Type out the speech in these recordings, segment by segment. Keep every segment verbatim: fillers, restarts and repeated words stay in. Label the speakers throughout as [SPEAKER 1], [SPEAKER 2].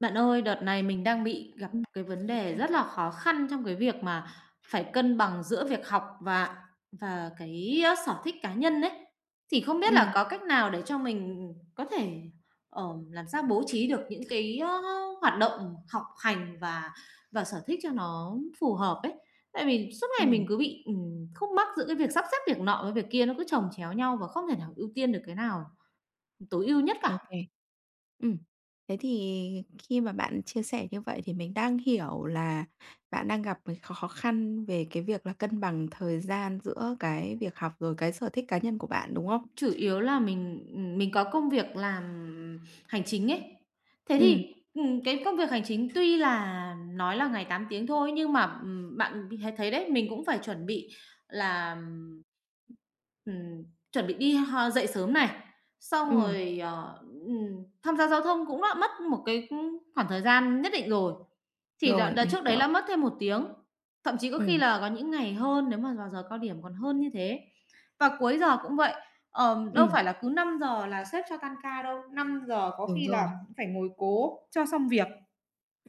[SPEAKER 1] Bạn ơi, đợt này mình đang bị gặp
[SPEAKER 2] Ừm.
[SPEAKER 1] cái vấn đề rất là khó khăn trong cái việc mà phải cân bằng giữa việc học và và cái, ơ, sở thích cá nhân đấy. Thì không biết là
[SPEAKER 2] Ừm.
[SPEAKER 1] có cách nào để cho mình có thể, ờ, làm sao bố trí được những cái, ơ, hoạt động học hành và và sở thích cho nó phù hợp ấy. Tại vì suốt ngày mình
[SPEAKER 2] Ừm.
[SPEAKER 1] cứ bị, ừm, khúc mắc giữa cái việc sắp xếp việc nọ với việc kia, nó cứ chồng chéo nhau và không thể nào ưu tiên được cái nào tối ưu nhất
[SPEAKER 2] Ô
[SPEAKER 1] cả.
[SPEAKER 2] kê. Ừm, thế thì khi mà bạn chia sẻ như vậy thì mình đang hiểu là bạn đang gặp cái khó khó khăn về cái việc là cân bằng thời gian giữa cái việc học, rồi cái sở thích cá nhân của bạn, đúng không?
[SPEAKER 1] Chủ yếu là mình, mình có công việc làm hành chính ấy. Thế
[SPEAKER 2] Ừm.
[SPEAKER 1] thì, ừm, cái công việc hành chính tuy là nói là ngày tám tiếng thôi nhưng mà, ừm, bạn thấy thấy đấy, mình cũng phải chuẩn bị là, ừm, chuẩn bị đi h dậy sớm này, xong
[SPEAKER 2] Ừm.
[SPEAKER 1] rồi, ờ, ừm, tham gia giao thông cũng đã mất một cái, ưm, khoảng thời gian nhất định rồi, thì là
[SPEAKER 2] Rồi,
[SPEAKER 1] đợt
[SPEAKER 2] mình
[SPEAKER 1] trước đấy
[SPEAKER 2] hiểu.
[SPEAKER 1] là mất thêm một tiếng, thậm chí có khi
[SPEAKER 2] Ừm.
[SPEAKER 1] là có những ngày hơn nếu mà vào giờ cao điểm còn hơn như thế. Và cuối giờ cũng vậy. Ờm, đâu
[SPEAKER 2] Ừm.
[SPEAKER 1] phải là cứ năm giờ là sếp cho tan ca đâu, năm giờ có
[SPEAKER 2] Đúng
[SPEAKER 1] khi là
[SPEAKER 2] rồi.
[SPEAKER 1] cũng phải ngồi cố cho xong việc,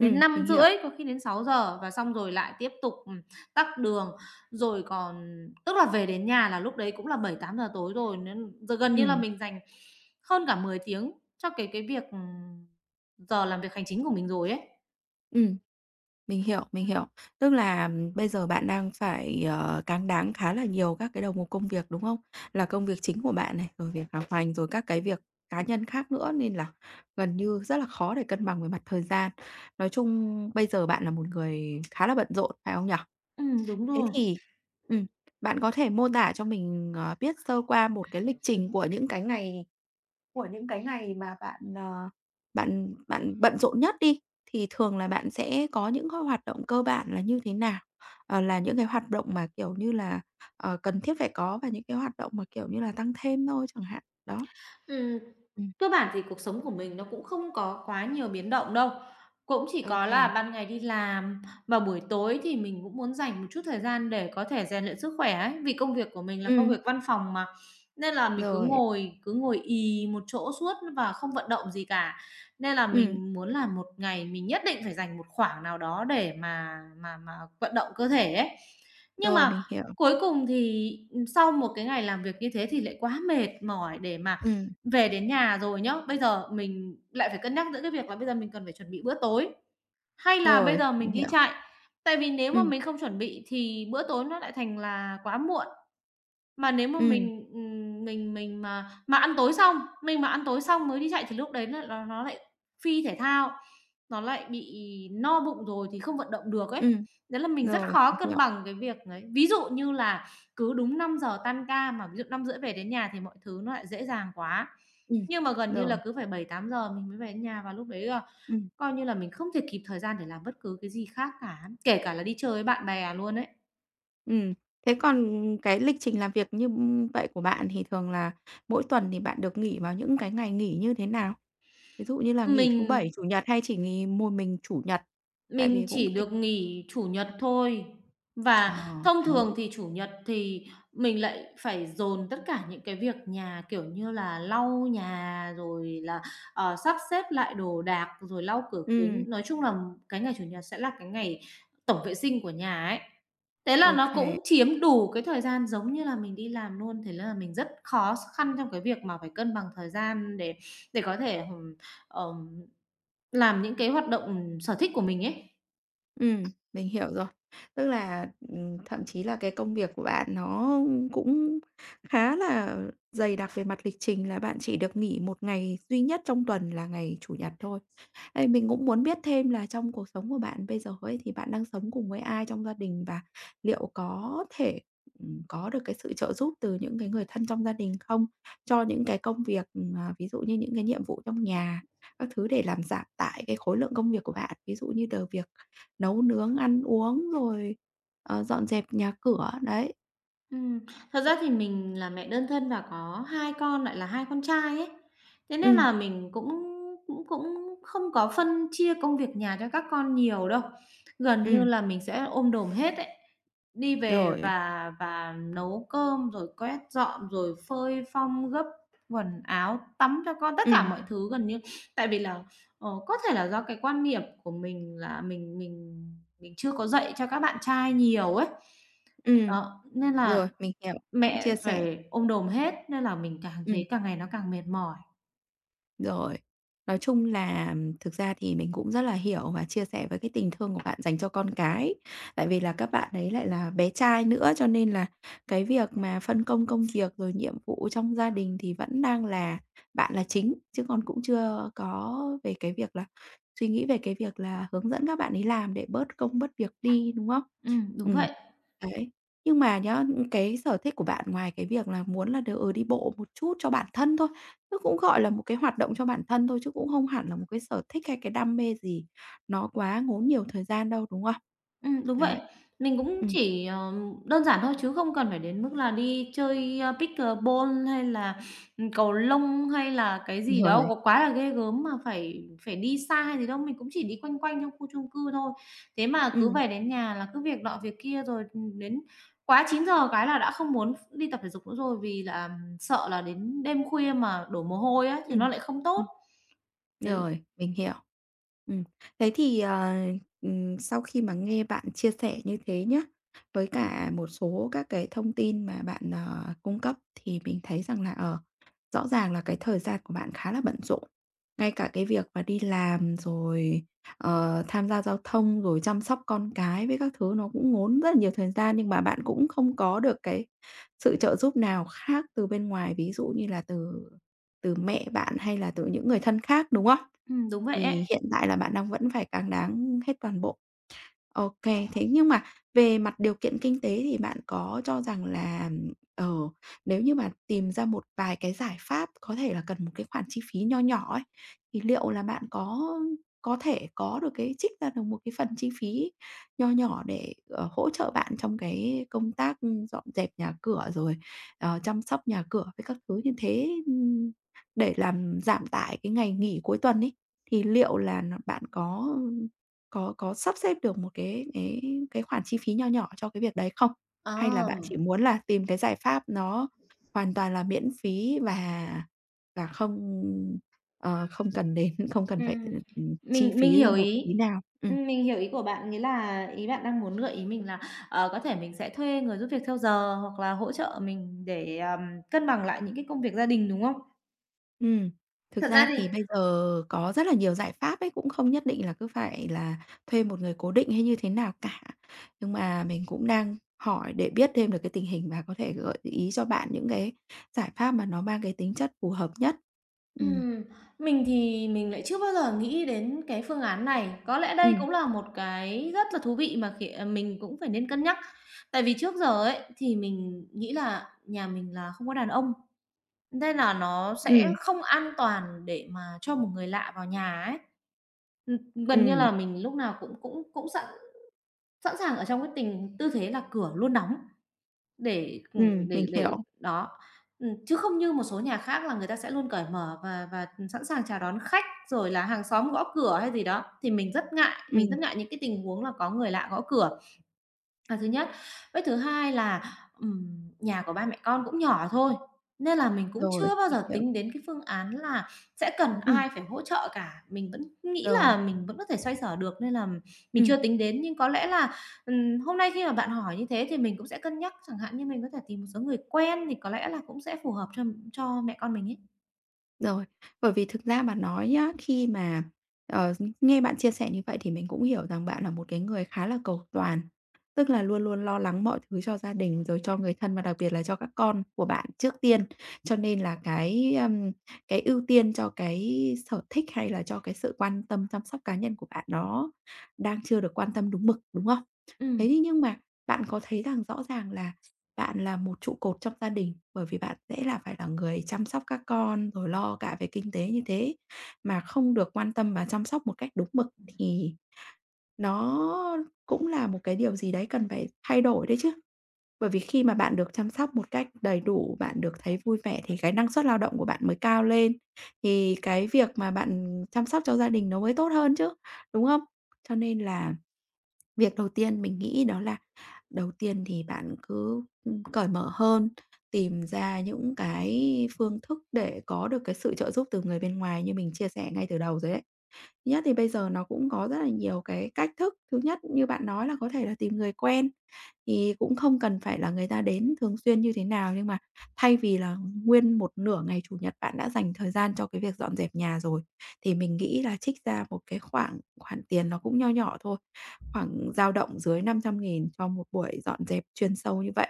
[SPEAKER 1] đến năm
[SPEAKER 2] mình hiểu.
[SPEAKER 1] rưỡi có khi đến sáu giờ và xong rồi lại tiếp tục, ừm, tắc đường. Rồi còn tức là về đến nhà là lúc đấy cũng là bảy tám giờ tối rồi, nên giờ gần như là
[SPEAKER 2] Ừm.
[SPEAKER 1] mình dành hơn cả mười tiếng cho cái cái việc, ừm, giờ làm việc hành chính của mình rồi ấy.
[SPEAKER 2] Ừm. Mình hiểu, mình hiểu. Tức là bây giờ bạn đang phải, ờ, cáng đáng khá là nhiều các cái đầu mục công việc, đúng không? Là công việc chính của bạn này, rồi việc học hành, rồi các cái việc cá nhân khác nữa nên là gần như rất là khó để cân bằng về mặt thời gian. Nói chung bây giờ bạn là một người khá là bận rộn, phải không nhở?
[SPEAKER 1] Ừm, đúng
[SPEAKER 2] Thế
[SPEAKER 1] rồi.
[SPEAKER 2] thì ừm, bạn có thể mô tả cho mình, ờ, biết sơ qua một cái lịch trình của những cái ngày của những cái ngày mà bạn, ờ, bạn bạn bận rộn nhất đi, thì thường là bạn sẽ có những cái hoạt động cơ bản là như thế nào? Ờ, là những cái hoạt động mà, kiểu như là, ờ, cần thiết phải có và những cái hoạt động mà, kiểu như là, tăng thêm thôi chẳng hạn, đó.
[SPEAKER 1] Ừm.
[SPEAKER 2] Ừm.
[SPEAKER 1] Cơ bản thì cuộc sống của mình nó cũng không có quá nhiều biến động đâu, cũng chỉ
[SPEAKER 2] Ô
[SPEAKER 1] có
[SPEAKER 2] kê.
[SPEAKER 1] là ban ngày đi làm và buổi tối thì mình cũng muốn dành một chút thời gian để có thể rèn luyện sức khỏe ấy, vì công việc của mình là công việc văn phòng mà. Nên là mình cứ
[SPEAKER 2] Rồi.
[SPEAKER 1] ngồi cứ ngồi ì một chỗ suốt và không vận động gì cả. Nên là
[SPEAKER 2] Ừm.
[SPEAKER 1] mình muốn là một ngày mình nhất định phải dành một khoảng nào đó để mà mà mà vận động cơ thể ấy. Nhưng
[SPEAKER 2] Rồi,
[SPEAKER 1] mà
[SPEAKER 2] mình hiểu.
[SPEAKER 1] cuối cùng thì, ừ, sau một cái ngày làm việc như thế thì lại quá mệt mỏi để mà
[SPEAKER 2] Ừm.
[SPEAKER 1] về đến nhà rồi nhá, bây giờ mình lại phải cân nhắc giữa cái việc là bây giờ mình cần phải chuẩn bị bữa tối, hay là bây
[SPEAKER 2] Rồi,
[SPEAKER 1] giờ mình
[SPEAKER 2] mình
[SPEAKER 1] đi
[SPEAKER 2] hiểu.
[SPEAKER 1] chạy. Tại vì nếu mà
[SPEAKER 2] Ừm.
[SPEAKER 1] mình không chuẩn bị thì bữa tối nó lại thành là quá muộn. Mà nếu mà
[SPEAKER 2] Ừm.
[SPEAKER 1] mình, ừm, mình mình mà mà ăn tối xong, mình mà ăn tối xong mới đi chạy thì lúc đấy nó nó nó lại phi thể thao, nó lại bị no bụng rồi thì không vận động được ấy.
[SPEAKER 2] Ừm.
[SPEAKER 1] Đấy là mình rất
[SPEAKER 2] Rồi, mình
[SPEAKER 1] khó cân
[SPEAKER 2] hiểu.
[SPEAKER 1] bằng cái việc ấy. Ví dụ như là cứ đúng năm giờ tan ca, mà ví dụ năm rưỡi về đến nhà thì mọi thứ nó lại dễ dàng quá.
[SPEAKER 2] Ừm.
[SPEAKER 1] Nhưng mà gần như là
[SPEAKER 2] Rồi.
[SPEAKER 1] cứ phải bảy tám giờ mình mới về đến nhà và lúc đấy là
[SPEAKER 2] Ừm.
[SPEAKER 1] coi như là mình không thể kịp thời gian để làm bất cứ cái gì khác cả, kể cả là đi chơi với bạn bè luôn ấy.
[SPEAKER 2] Ừm, thế còn cái lịch trình làm việc như vậy của bạn thì thường là mỗi tuần thì bạn được nghỉ vào những cái ngày nghỉ như thế nào? Ví dụ như là nghỉ thứ Bảy,
[SPEAKER 1] Mình
[SPEAKER 2] Chủ nhật hay chỉ nghỉ một mình Chủ nhật? Tại
[SPEAKER 1] Mình
[SPEAKER 2] vì cũng
[SPEAKER 1] chỉ
[SPEAKER 2] tùy.
[SPEAKER 1] được nghỉ Chủ nhật thôi. Và
[SPEAKER 2] Ờ,
[SPEAKER 1] thông
[SPEAKER 2] đấy.
[SPEAKER 1] thường thì Chủ nhật thì mình lại phải dồn tất cả những cái việc nhà, kiểu như là, lau nhà, rồi là, ờ, sắp xếp lại đồ đạc, rồi lau cửa kính.
[SPEAKER 2] Ừm.
[SPEAKER 1] Nói chung là cái ngày Chủ nhật sẽ là cái ngày tổng vệ sinh của nhà ấy. Thế là
[SPEAKER 2] Ok
[SPEAKER 1] nó
[SPEAKER 2] kê.
[SPEAKER 1] cũng chiếm đủ cái thời gian giống như là mình đi làm luôn, thế là mình rất khó khăn trong cái việc mà phải cân bằng thời gian để để có thể, ừm, ờm làm những cái hoạt động sở thích của mình ấy.
[SPEAKER 2] Ừm, mình hiểu rồi. Tức là, ừm, thậm chí là cái công việc của bạn nó cũng khá là dày đặc về mặt lịch trình là bạn chỉ được nghỉ một ngày duy nhất trong tuần là ngày Chủ nhật thôi. Ê, mình cũng muốn biết thêm là trong cuộc sống của bạn bây giờ ấy thì bạn đang sống cùng với ai trong gia đình và liệu có thể, ừm, có được cái sự trợ giúp từ những cái người thân trong gia đình không? Cho những cái công việc, ừm, à, ví dụ như những cái nhiệm vụ trong nhà, các thứ để làm giảm tải cái khối lượng công việc của bạn, ví dụ như từ việc nấu nướng, ăn uống rồi, ờ, dọn dẹp nhà cửa, đấy.
[SPEAKER 1] Ừm, thật ra thì mình là mẹ đơn thân và có hai con, lại là hai con trai ấy. Thế nên
[SPEAKER 2] Ừ,
[SPEAKER 1] là mình cũng cũng cũng không có phân chia công việc nhà cho các con nhiều đâu. Gần như
[SPEAKER 2] ừ,
[SPEAKER 1] là mình sẽ ôm đồm hết ấy, đi về
[SPEAKER 2] rồi.
[SPEAKER 1] và và nấu cơm, rồi quét dọn, rồi phơi phong, gấp quần áo, tắm cho con, tất
[SPEAKER 2] Ừ,
[SPEAKER 1] cả mọi thứ gần như tại vì là, ờ, có thể là do cái quan niệm của mình là mình mình mình chưa có dạy cho các bạn trai nhiều ấy.
[SPEAKER 2] ừ,
[SPEAKER 1] Đó, nên là
[SPEAKER 2] rồi, mình hiểu, những
[SPEAKER 1] mẹ
[SPEAKER 2] chia sẻ.
[SPEAKER 1] phải ôm đồm hết nên là mình càng
[SPEAKER 2] Ừ.
[SPEAKER 1] thấy càng ngày nó càng mệt mỏi.
[SPEAKER 2] Rồi. Nói chung là thực ra thì mình cũng rất là hiểu và chia sẻ với cái tình thương của bạn dành cho con cái. Tại vì là các bạn ấy lại là bé trai nữa, cho nên là cái việc mà phân công công việc rồi nhiệm vụ trong gia đình thì vẫn đang là bạn là chính, chứ còn cũng chưa có về cái việc là suy nghĩ về cái việc là hướng dẫn các bạn ấy làm để bớt công bớt việc đi, đúng không?
[SPEAKER 1] Ừm, đúng
[SPEAKER 2] Ừm.
[SPEAKER 1] vậy.
[SPEAKER 2] Đấy. Nhưng mà nhá, cái sở thích của bạn ngoài cái việc là muốn là được, ừ, đi bộ một chút cho bản thân thôi nó cũng, gọi là, một cái hoạt động cho bản thân thôi chứ cũng không hẳn là một cái sở thích hay cái đam mê gì nó quá ngốn nhiều thời gian đâu, đúng không?
[SPEAKER 1] Ừm, đúng vậy.
[SPEAKER 2] Đấy.
[SPEAKER 1] Mình cũng
[SPEAKER 2] Ừm.
[SPEAKER 1] chỉ, ờ, đơn giản thôi chứ không cần phải đến mức là đi chơi, a, pickleball hay là, ừm, cầu lông hay là cái gì đó
[SPEAKER 2] Rồi.
[SPEAKER 1] có quá là ghê gớm mà phải phải đi xa hay gì đâu. Mình cũng chỉ đi quanh quanh trong khu chung cư thôi. Thế mà cứ
[SPEAKER 2] Ừm.
[SPEAKER 1] về đến nhà là cứ việc nọ việc kia rồi, ừm, đến quá chín giờ cái là đã không muốn ph đi tập thể dục nữa rồi vì là ừ, sợ là đến đêm khuya mà đổ mồ hôi á thì nó
[SPEAKER 2] Ừm.
[SPEAKER 1] lại không tốt. Thế
[SPEAKER 2] Rồi, mình hiểu. Ừm, thế thì, ờ, ừm, sau khi mà nghe bạn chia sẻ như thế nhé, với cả một số các cái thông tin mà bạn, ờ, cung cấp thì mình thấy rằng là, ở rõ ràng là cái thời gian của bạn khá là bận rộn. Ngay cả cái việc mà đi làm rồi, ờ, tham gia giao thông, rồi chăm sóc con cái với các thứ nó cũng ngốn rất là nhiều thời gian, nhưng mà bạn cũng không có được cái sự trợ giúp nào khác từ bên ngoài, ví dụ như là từ từ mẹ bạn hay là từ những người thân khác, đúng không?
[SPEAKER 1] ừm, đúng vậy ấy.
[SPEAKER 2] Thì hiện tại là bạn đang vẫn phải càng đáng hết toàn bộ. OK. Thế nhưng mà về mặt điều kiện kinh tế thì bạn có cho rằng là, ờ, nếu như mà tìm ra một vài cái giải pháp có thể là cần một cái khoản chi phí nho nhỏ ấy, thì liệu là bạn có có thể có được cái trích ra được một cái phần chi phí nho nhỏ để, ờ, hỗ trợ bạn trong cái công tác, ừ, dọn dẹp nhà cửa rồi, ờ, chăm sóc nhà cửa với các thứ như thế, ừm, để làm giảm tải cái ngày nghỉ cuối tuần ấy, thì liệu là n bạn có có có sắp xếp được một cái cái cái khoản chi phí nho nhỏ cho cái việc đấy không? Hay là
[SPEAKER 1] ờ
[SPEAKER 2] bạn chỉ muốn là tìm cái giải pháp nó hoàn toàn là miễn phí và và không, ờ, không cần đến không cần phải,
[SPEAKER 1] ừm,
[SPEAKER 2] ừm, chi
[SPEAKER 1] mình mình
[SPEAKER 2] phí ra
[SPEAKER 1] hiểu
[SPEAKER 2] một cái
[SPEAKER 1] ý.
[SPEAKER 2] tí nào? Ừm.
[SPEAKER 1] Ừm, mình hiểu ý của bạn, nghĩa là ý bạn đang muốn gợi ý mình là, ờ, có thể mình sẽ thuê người giúp việc theo giờ hoặc là hỗ trợ mình để, ờm, cân bằng lại những cái công việc gia đình, đúng không?
[SPEAKER 2] Ừm, thực
[SPEAKER 1] Thật ra
[SPEAKER 2] ra
[SPEAKER 1] thì
[SPEAKER 2] thì bây giờ có rất là nhiều giải pháp ấy, cũng không nhất định là cứ phải là thuê một người cố định hay như thế nào cả. Nhưng mà mình cũng đang hỏi để biết thêm được cái tình hình và có thể gợi ý cho bạn những cái giải pháp mà nó mang cái tính chất phù hợp nhất. Ừm.
[SPEAKER 1] ừm, mình thì mình lại chưa bao giờ nghĩ đến cái phương án này. Có lẽ đây
[SPEAKER 2] Ừm.
[SPEAKER 1] cũng là một cái rất là thú vị mà khi à, mình cũng phải nên cân nhắc. Tại vì trước giờ ấy, thì mình nghĩ là nhà mình là không có đàn ông. Nên là nó sẽ
[SPEAKER 2] Ừm.
[SPEAKER 1] không an toàn để mà cho một người lạ vào nhà ấy. Ừm, gần như
[SPEAKER 2] Ừm.
[SPEAKER 1] là mình lúc nào cũng cũng cũng sẵn sẵn sàng ở trong cái tình tư thế là cửa luôn đóng để, ừm,
[SPEAKER 2] ừm,
[SPEAKER 1] để
[SPEAKER 2] mình
[SPEAKER 1] để
[SPEAKER 2] hiểu.
[SPEAKER 1] đó. Ừm, chứ không như một số nhà khác là người ta sẽ luôn cởi mở và và, sẵn sàng chào đón khách, rồi là hàng xóm gõ cửa hay gì đó, thì mình rất ngại, mình
[SPEAKER 2] Ừm.
[SPEAKER 1] rất ngại những cái tình huống là có người lạ gõ cửa. Là thứ nhất. Với thứ hai là, ừm, nhà của ba mẹ con cũng nhỏ thôi, nên là mình cũng
[SPEAKER 2] Rồi,
[SPEAKER 1] chưa bao
[SPEAKER 2] mình
[SPEAKER 1] giờ
[SPEAKER 2] hiểu.
[SPEAKER 1] tính đến cái phương án là sẽ cần
[SPEAKER 2] Ừm.
[SPEAKER 1] ai phải hỗ trợ cả. Mình vẫn nghĩ
[SPEAKER 2] Rồi.
[SPEAKER 1] là mình vẫn có thể xoay sở được nên là mình
[SPEAKER 2] Ừm.
[SPEAKER 1] chưa tính đến. Nhưng có lẽ là, ừm, hôm nay khi mà bạn hỏi như thế thì mình cũng sẽ cân nhắc, chẳng hạn như mình có thể tìm một số người quen thì có lẽ là cũng sẽ phù hợp cho cho mẹ con mình ấy.
[SPEAKER 2] Rồi, bởi vì thực ra mà nói nhá, khi mà, ờ, nghe bạn chia sẻ như vậy thì mình cũng hiểu rằng bạn là một cái người khá là cầu toàn, tức là luôn luôn lo lắng mọi thứ cho gia đình, rồi cho người thân và đặc biệt là cho các con của bạn trước tiên. Cho nên là cái, ưm, cái ưu tiên cho cái sở thích hay là cho cái sự quan tâm chăm sóc cá nhân của bạn nó đang chưa được quan tâm đúng mực, đúng không?
[SPEAKER 1] Ừm,
[SPEAKER 2] Thế thì nhưng mà bạn có thấy rằng rõ ràng là bạn là một trụ cột trong gia đình, bởi vì bạn sẽ là phải là người chăm sóc các con, rồi lo cả về kinh tế như thế, mà không được quan tâm và chăm sóc một cách đúng mực thì nó cũng là một cái điều gì đấy cần phải thay đổi đấy chứ. Bởi vì khi mà bạn được chăm sóc một cách đầy đủ, bạn được thấy vui vẻ thì cái năng suất lao động của bạn mới cao lên, thì cái việc mà bạn chăm sóc cho gia đình nó mới tốt hơn chứ, đúng không? Cho nên là việc đầu tiên mình nghĩ đó là đầu tiên thì bạn cứ, ừ, cởi mở hơn, tìm ra những cái phương thức để có được cái sự trợ giúp từ người bên ngoài như mình chia sẻ ngay từ đầu rồi đấy. Thứ nhất thì bây giờ nó cũng có rất là nhiều cái cách thức. Thứ nhất như bạn nói là có thể là tìm người quen, thì cũng không cần phải là người ta đến thường xuyên như thế nào, nhưng mà thay vì là nguyên một nửa ngày Chủ nhật bạn đã dành thời gian cho cái việc dọn dẹp nhà rồi, thì mình nghĩ là trích ra một cái khoảng khoản tiền nó cũng nho nhỏ thôi, khoảng dao động dưới năm trăm nghìn cho một buổi dọn dẹp chuyên sâu như vậy.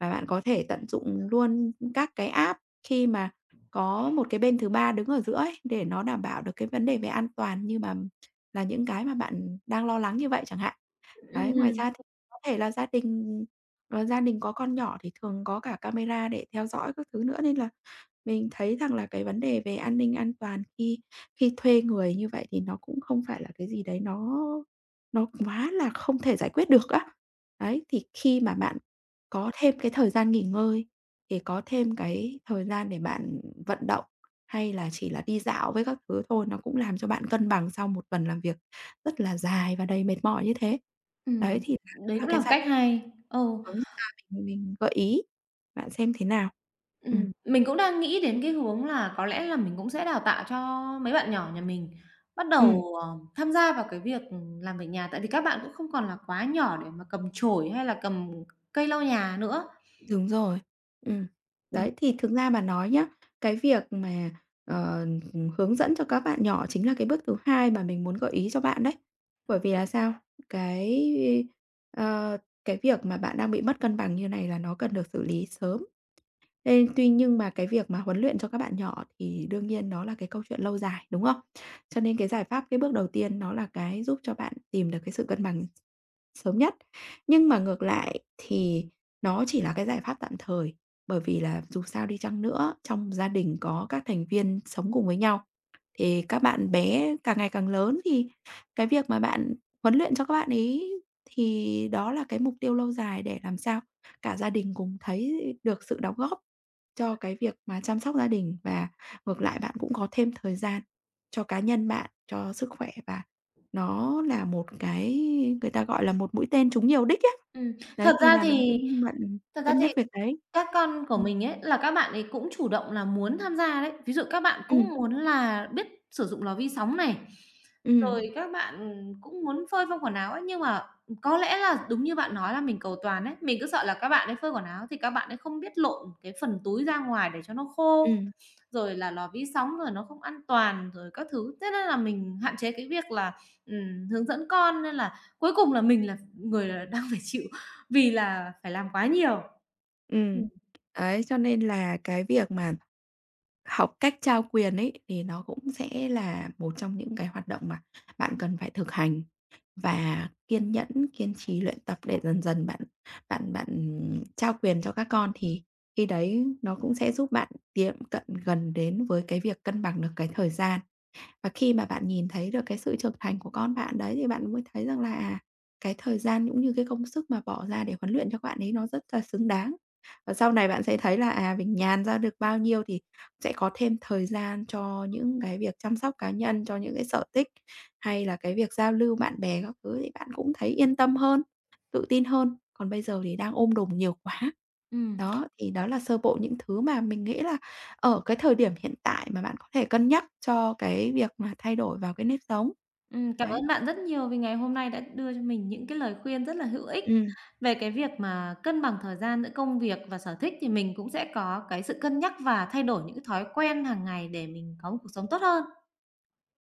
[SPEAKER 2] Và bạn có thể tận dụng luôn các cái app khi mà có một cái bên thứ ba đứng ở giữa ấy, để nó đảm bảo được cái vấn đề về an toàn như mà là những cái mà bạn đang lo lắng như vậy chẳng hạn. Đấy, ngoài
[SPEAKER 1] ừm,
[SPEAKER 2] ra thì có thể là gia đình ờ, gia đình có con nhỏ thì thường có cả camera để theo dõi các thứ nữa, nên là mình thấy rằng là cái vấn đề về an ninh an toàn khi khi thuê người như vậy thì nó cũng không phải là cái gì đấy nó nó quá là không thể giải quyết được á. Đấy, thì khi mà bạn có thêm cái thời gian nghỉ ngơi thì có thêm cái thời gian để bạn vận động, hay là chỉ là đi dạo với các thứ thôi, nó cũng làm cho bạn cân bằng sau một tuần làm việc rất là dài và đầy mệt mỏi như thế. Đấy,
[SPEAKER 1] ừm,
[SPEAKER 2] thì là đó
[SPEAKER 1] đấy
[SPEAKER 2] là
[SPEAKER 1] cũng là
[SPEAKER 2] cái
[SPEAKER 1] một
[SPEAKER 2] giải
[SPEAKER 1] cách
[SPEAKER 2] pháp
[SPEAKER 1] hay. Ừ.
[SPEAKER 2] hướng ra mình mình gợi ý, bạn xem thế nào. Ừm.
[SPEAKER 1] Ừm, mình cũng đang nghĩ đến cái hướng là có lẽ là mình cũng sẽ đào tạo cho mấy bạn nhỏ nhà mình bắt
[SPEAKER 2] Ừm.
[SPEAKER 1] đầu, ờ, tham gia vào cái việc, làm việc nhà, tại vì các bạn cũng không còn là quá nhỏ để mà cầm chổi hay là cầm cây lau nhà nữa.
[SPEAKER 2] Đúng rồi. Ừm.
[SPEAKER 1] Ừm.
[SPEAKER 2] Đấy, thì thực ra mà nói nhá, cái việc mà, ờ, hướng dẫn cho các bạn nhỏ chính là cái bước thứ hai mà mình muốn gợi ý cho bạn đấy. Bởi vì là sao? Cái, ờ, cái việc mà bạn đang bị mất cân bằng như này là nó cần được xử lý sớm. Ê, tuy nhưng mà cái việc mà huấn luyện cho các bạn nhỏ thì đương nhiên nó là cái câu chuyện lâu dài, đúng không? Cho nên cái giải pháp, cái bước đầu tiên nó là cái giúp cho bạn tìm được cái sự cân bằng sớm nhất. Nhưng mà ngược lại thì nó chỉ là cái giải pháp tạm thời, bởi vì là dù sao đi chăng nữa, trong gia đình có các thành viên sống cùng với nhau, thì các bạn bé càng ngày càng lớn thì cái việc mà bạn huấn luyện cho các bạn ấy thì đó là cái mục tiêu lâu dài để làm sao cả gia đình cùng thấy được sự đóng góp cho cái việc mà chăm sóc gia đình và ngược lại bạn cũng có thêm thời gian cho cá nhân bạn, cho sức khỏe và nó là một cái người ta gọi là một mũi tên trúng nhiều đích á.
[SPEAKER 1] Ừm,
[SPEAKER 2] Đấy,
[SPEAKER 1] thật
[SPEAKER 2] thì
[SPEAKER 1] ra
[SPEAKER 2] là mình
[SPEAKER 1] thì
[SPEAKER 2] cũng bận
[SPEAKER 1] thật ra
[SPEAKER 2] cân
[SPEAKER 1] thì
[SPEAKER 2] nhắc việc đấy.
[SPEAKER 1] các con của
[SPEAKER 2] Ừm.
[SPEAKER 1] mình ấy, là các bạn ấy cũng chủ động là muốn tham gia đấy. Ví dụ các bạn
[SPEAKER 2] Ừm.
[SPEAKER 1] cũng muốn là biết sử dụng lò vi sóng này.
[SPEAKER 2] Ừm.
[SPEAKER 1] Rồi các bạn cũng muốn phơi phong quần áo ấy, nhưng mà có lẽ là đúng như bạn nói là mình cầu toàn ấy, mình cứ sợ là các bạn ấy phơi quần áo thì các bạn ấy không biết lộn cái phần túi ra ngoài để cho nó khô,
[SPEAKER 2] Ừm.
[SPEAKER 1] rồi là lò vi sóng rồi nó không an toàn rồi các thứ. Thế nên là mình hạn chế cái việc là, ừm, hướng dẫn con nên là cuối cùng là mình là người là đang phải chịu vì là phải làm quá nhiều. Ừm.
[SPEAKER 2] Ừm. Đấy, cho nên là cái việc mà học cách trao quyền ấy, thì nó cũng sẽ là một trong những cái hoạt động mà bạn cần phải thực hành và kiên nhẫn, kiên trì luyện tập để dần dần bạn bạn bạn trao quyền cho các con, thì khi đấy nó cũng sẽ giúp bạn tiệm cận gần đến với cái việc cân bằng được cái thời gian. Và khi mà bạn nhìn thấy được cái sự trưởng thành của con bạn đấy thì bạn mới thấy rằng là, à, cái thời gian cũng như cái công sức mà bỏ ra để huấn luyện cho bạn ấy nó rất là xứng đáng. Và sau này bạn sẽ thấy là, à, mình nhàn ra được bao nhiêu thì sẽ có thêm thời gian cho những cái việc chăm sóc cá nhân, cho những cái sở thích, hay là cái việc giao lưu bạn bè các thứ thì bạn cũng thấy yên tâm hơn, tự tin hơn. Còn bây giờ thì đang ôm đồm nhiều quá.
[SPEAKER 1] Ừm.
[SPEAKER 2] Đó, thì đó là sơ bộ những thứ mà mình nghĩ là ở cái thời điểm hiện tại mà bạn có thể cân nhắc cho cái việc mà thay đổi vào cái nếp sống.
[SPEAKER 1] Ừm, cảm
[SPEAKER 2] Đấy.
[SPEAKER 1] ơn bạn rất nhiều vì ngày hôm nay đã đưa cho mình những cái lời khuyên rất là hữu ích
[SPEAKER 2] Ừm.
[SPEAKER 1] về cái việc mà cân bằng thời gian giữa công việc và sở thích, thì mình cũng sẽ có cái sự cân nhắc và thay đổi những cái thói quen hàng ngày để mình có một cuộc sống tốt hơn.